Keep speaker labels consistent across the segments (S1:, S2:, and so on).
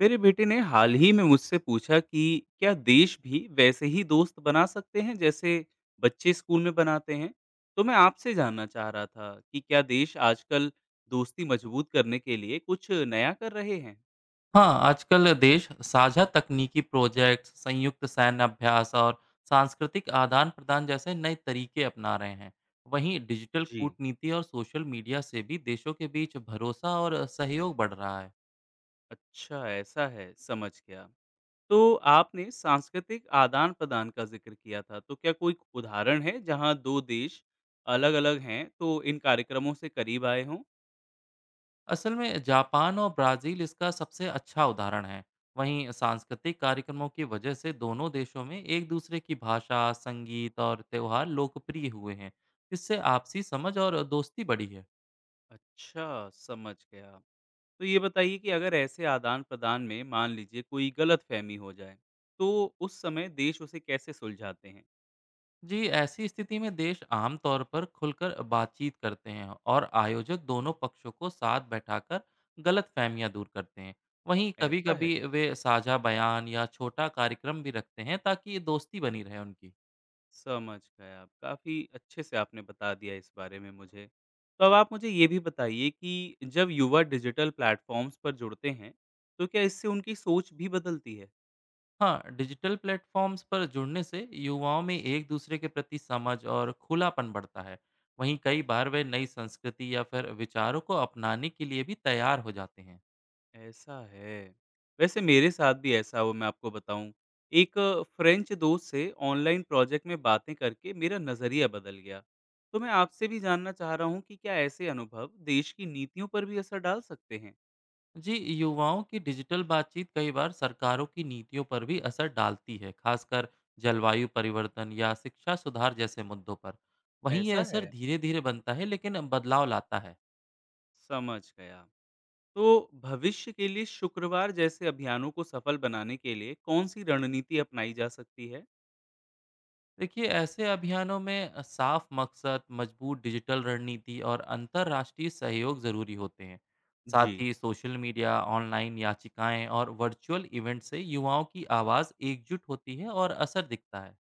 S1: मेरे बेटे ने हाल ही में मुझसे पूछा कि क्या देश भी वैसे ही दोस्त बना सकते हैं जैसे बच्चे स्कूल में बनाते हैं। तो मैं आपसे जानना चाह रहा था कि क्या देश आजकल दोस्ती मजबूत करने के लिए कुछ नया कर रहे हैं।
S2: हाँ, आजकल देश साझा तकनीकी प्रोजेक्ट, संयुक्त सैन्य अभ्यास और सांस्कृतिक आदान-प्रदान जैसे नए तरीके अपना रहे हैं। वहीं डिजिटल
S1: जी,
S2: कूटनीति और सोशल मीडिया से भी देशों के बीच भरोसा और सहयोग बढ़ रहा है।
S1: अच्छा, ऐसा है, समझ गया। तो आपने सांस्कृतिक आदान प्रदान का जिक्र किया था, तो क्या कोई उदाहरण है जहां दो देश अलग अलग हैं तो इन कार्यक्रमों से करीब आए हों।
S2: असल में जापान और ब्राज़ील इसका सबसे अच्छा उदाहरण है। वहीं सांस्कृतिक कार्यक्रमों की वजह से दोनों देशों में एक-दूसरे की भाषा, संगीत और त्योहार लोकप्रिय हुए हैं। इससे आपसी समझ और दोस्ती बढ़ी है।
S1: अच्छा, समझ गया। तो ये बताइए कि अगर ऐसे आदान-प्रदान में मान लीजिए कोई गलतफ़हमी हो जाए, तो उस समय देश उसे कैसे सुलझाते हैं?
S2: जी, ऐसी स्थिति में देश आमतौर पर खुलकर बातचीत करते हैं और आयोजक दोनों पक्षों को साथ बैठाकर गलतफहमियां दूर करते हैं। वहीं
S1: ऐसा है?
S2: कभी-कभी वे साझा बयान या छोटा कार्यक्रम भी रखते हैं ताकि दोस्ती बनी रहे उनकी।
S1: समझ गया। काफ़ी अच्छे से आपने बता दिया इस बारे में मुझे। तो अब आप मुझे ये भी बताइए कि जब युवा डिजिटल प्लेटफ़ॉर्म्स पर जुड़ते हैं, तो क्या इससे उनकी सोच भी बदलती है?
S2: हाँ, डिजिटल प्लेटफॉर्म्स पर जुड़ने से युवाओं में एक दूसरे के प्रति समझ और खुलापन बढ़ता है। वहीं कई बार वे नई संस्कृति या फिर विचारों को अपनाने के लिए भी तैयार हो जाते हैं।
S1: ऐसा है। वैसे मेरे साथ भी ऐसा हुआ, मैं आपको बताऊँ। एक फ़्रेंच दोस्त से ऑनलाइन प्रोजेक्ट में बातें करके मेरा नज़रिया बदल गया। तो मैं आपसे भी जानना चाह रहा हूँ कि क्या ऐसे अनुभव देश की नीतियों पर भी असर डाल सकते हैं?
S2: जी, युवाओं की डिजिटल बातचीत कई बार सरकारों की नीतियों पर भी असर डालती है, खासकर जलवायु परिवर्तन या शिक्षा सुधार जैसे मुद्दों पर। वहीं यह
S1: ऐसा
S2: असर
S1: है?
S2: धीरे धीरे बनता है लेकिन बदलाव लाता है।
S1: समझ गया। तो भविष्य के लिए शुक्रवार जैसे अभियानों को सफल बनाने के लिए कौन-सी रणनीति अपनाई जा सकती है?
S2: देखिए, ऐसे अभियानों में साफ मकसद, मजबूत डिजिटल रणनीति और अंतर्राष्ट्रीय सहयोग ज़रूरी होते हैं।
S1: जी।
S2: साथ ही सोशल मीडिया, ऑनलाइन याचिकाएं और वर्चुअल इवेंट से युवाओं की आवाज़ एकजुट होती है और असर दिखता है।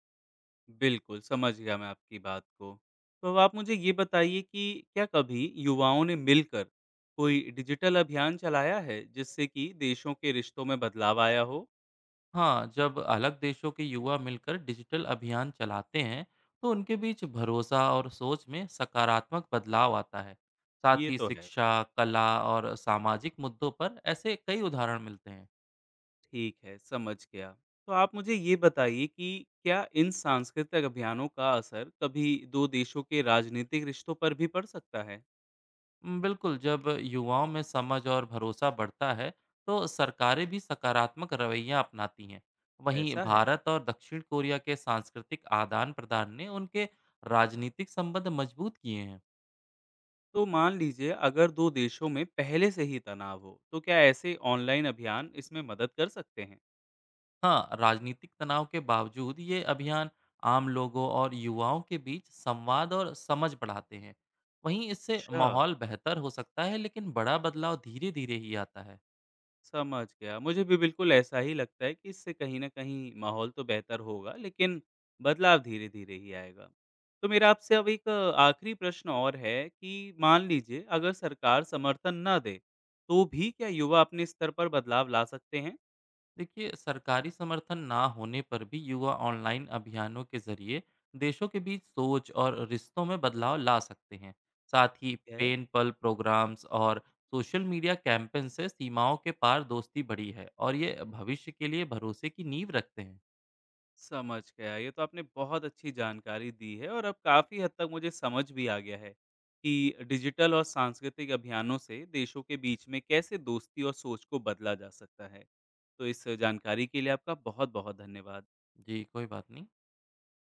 S1: बिल्कुल, समझ गया मैं आपकी बात को। तो अब आप मुझे ये बताइए कि क्या कभी युवाओं ने मिलकर कोई डिजिटल अभियान चलाया है, जिससे कि देशों के रिश्तों में बदलाव आया हो?
S2: हाँ, जब अलग देशों के युवा मिलकर डिजिटल अभियान चलाते हैं तो उनके बीच भरोसा और सोच में सकारात्मक बदलाव आता है। साथ
S1: ये
S2: ही
S1: तो है।
S2: शिक्षा, कला और सामाजिक मुद्दों पर ऐसे कई उदाहरण मिलते हैं।
S1: ठीक है, समझ गया। तो आप मुझे ये बताइए कि क्या इन सांस्कृतिक अभियानों का असर कभी 2 देशों के राजनीतिक रिश्तों पर भी पड़ सकता है?
S2: बिल्कुल, जब युवाओं में समझ और भरोसा बढ़ता है तो सरकारें भी सकारात्मक रवैया अपनाती हैं। वहीं
S1: ऐसा है?
S2: भारत और दक्षिण कोरिया के सांस्कृतिक आदान प्रदान ने उनके राजनीतिक संबंध मजबूत किए हैं।
S1: तो मान लीजिए अगर 2 देशों में पहले से ही तनाव हो, तो क्या ऐसे ऑनलाइन अभियान इसमें मदद कर सकते हैं?
S2: हाँ, राजनीतिक तनाव के बावजूद ये अभियान आम लोगों और युवाओं के बीच संवाद और समझ बढ़ाते हैं। वहीं इससे
S1: अच्छा।
S2: माहौल बेहतर हो सकता है, लेकिन बड़ा बदलाव धीरे-धीरे ही आता है।
S1: समझ गया। मुझे भी बिल्कुल ऐसा ही लगता है कि इससे कहीं न कहीं माहौल तो बेहतर होगा, लेकिन बदलाव धीरे-धीरे ही आएगा। तो मेरा आपसे अब आखिरी प्रश्न और है कि मान लीजिए अगर सरकार समर्थन ना दे, तो भी क्या युवा अपने स्तर पर बदलाव ला सकते हैं?
S2: देखिए, सरकारी समर्थन ना होने पर भी युवा ऑनलाइन अभियानों के जरिए देशों के बीच सोच और रिश्तों में बदलाव ला सकते हैं। साथ ही
S1: ठीक है।
S2: पेन पल प्रोग्राम्स और सोशल मीडिया कैंपेन से सीमाओं के पार दोस्ती बढ़ी है और ये भविष्य के लिए भरोसे की नींव रखते हैं।
S1: समझ गया, ये तो आपने बहुत अच्छी जानकारी दी है और अब काफ़ी हद तक मुझे समझ भी आ गया है कि डिजिटल और सांस्कृतिक अभियानों से देशों के बीच में कैसे दोस्ती और सोच को बदला जा सकता है। तो इस जानकारी के लिए आपका बहुत बहुत धन्यवाद।
S2: जी, कोई बात नहीं।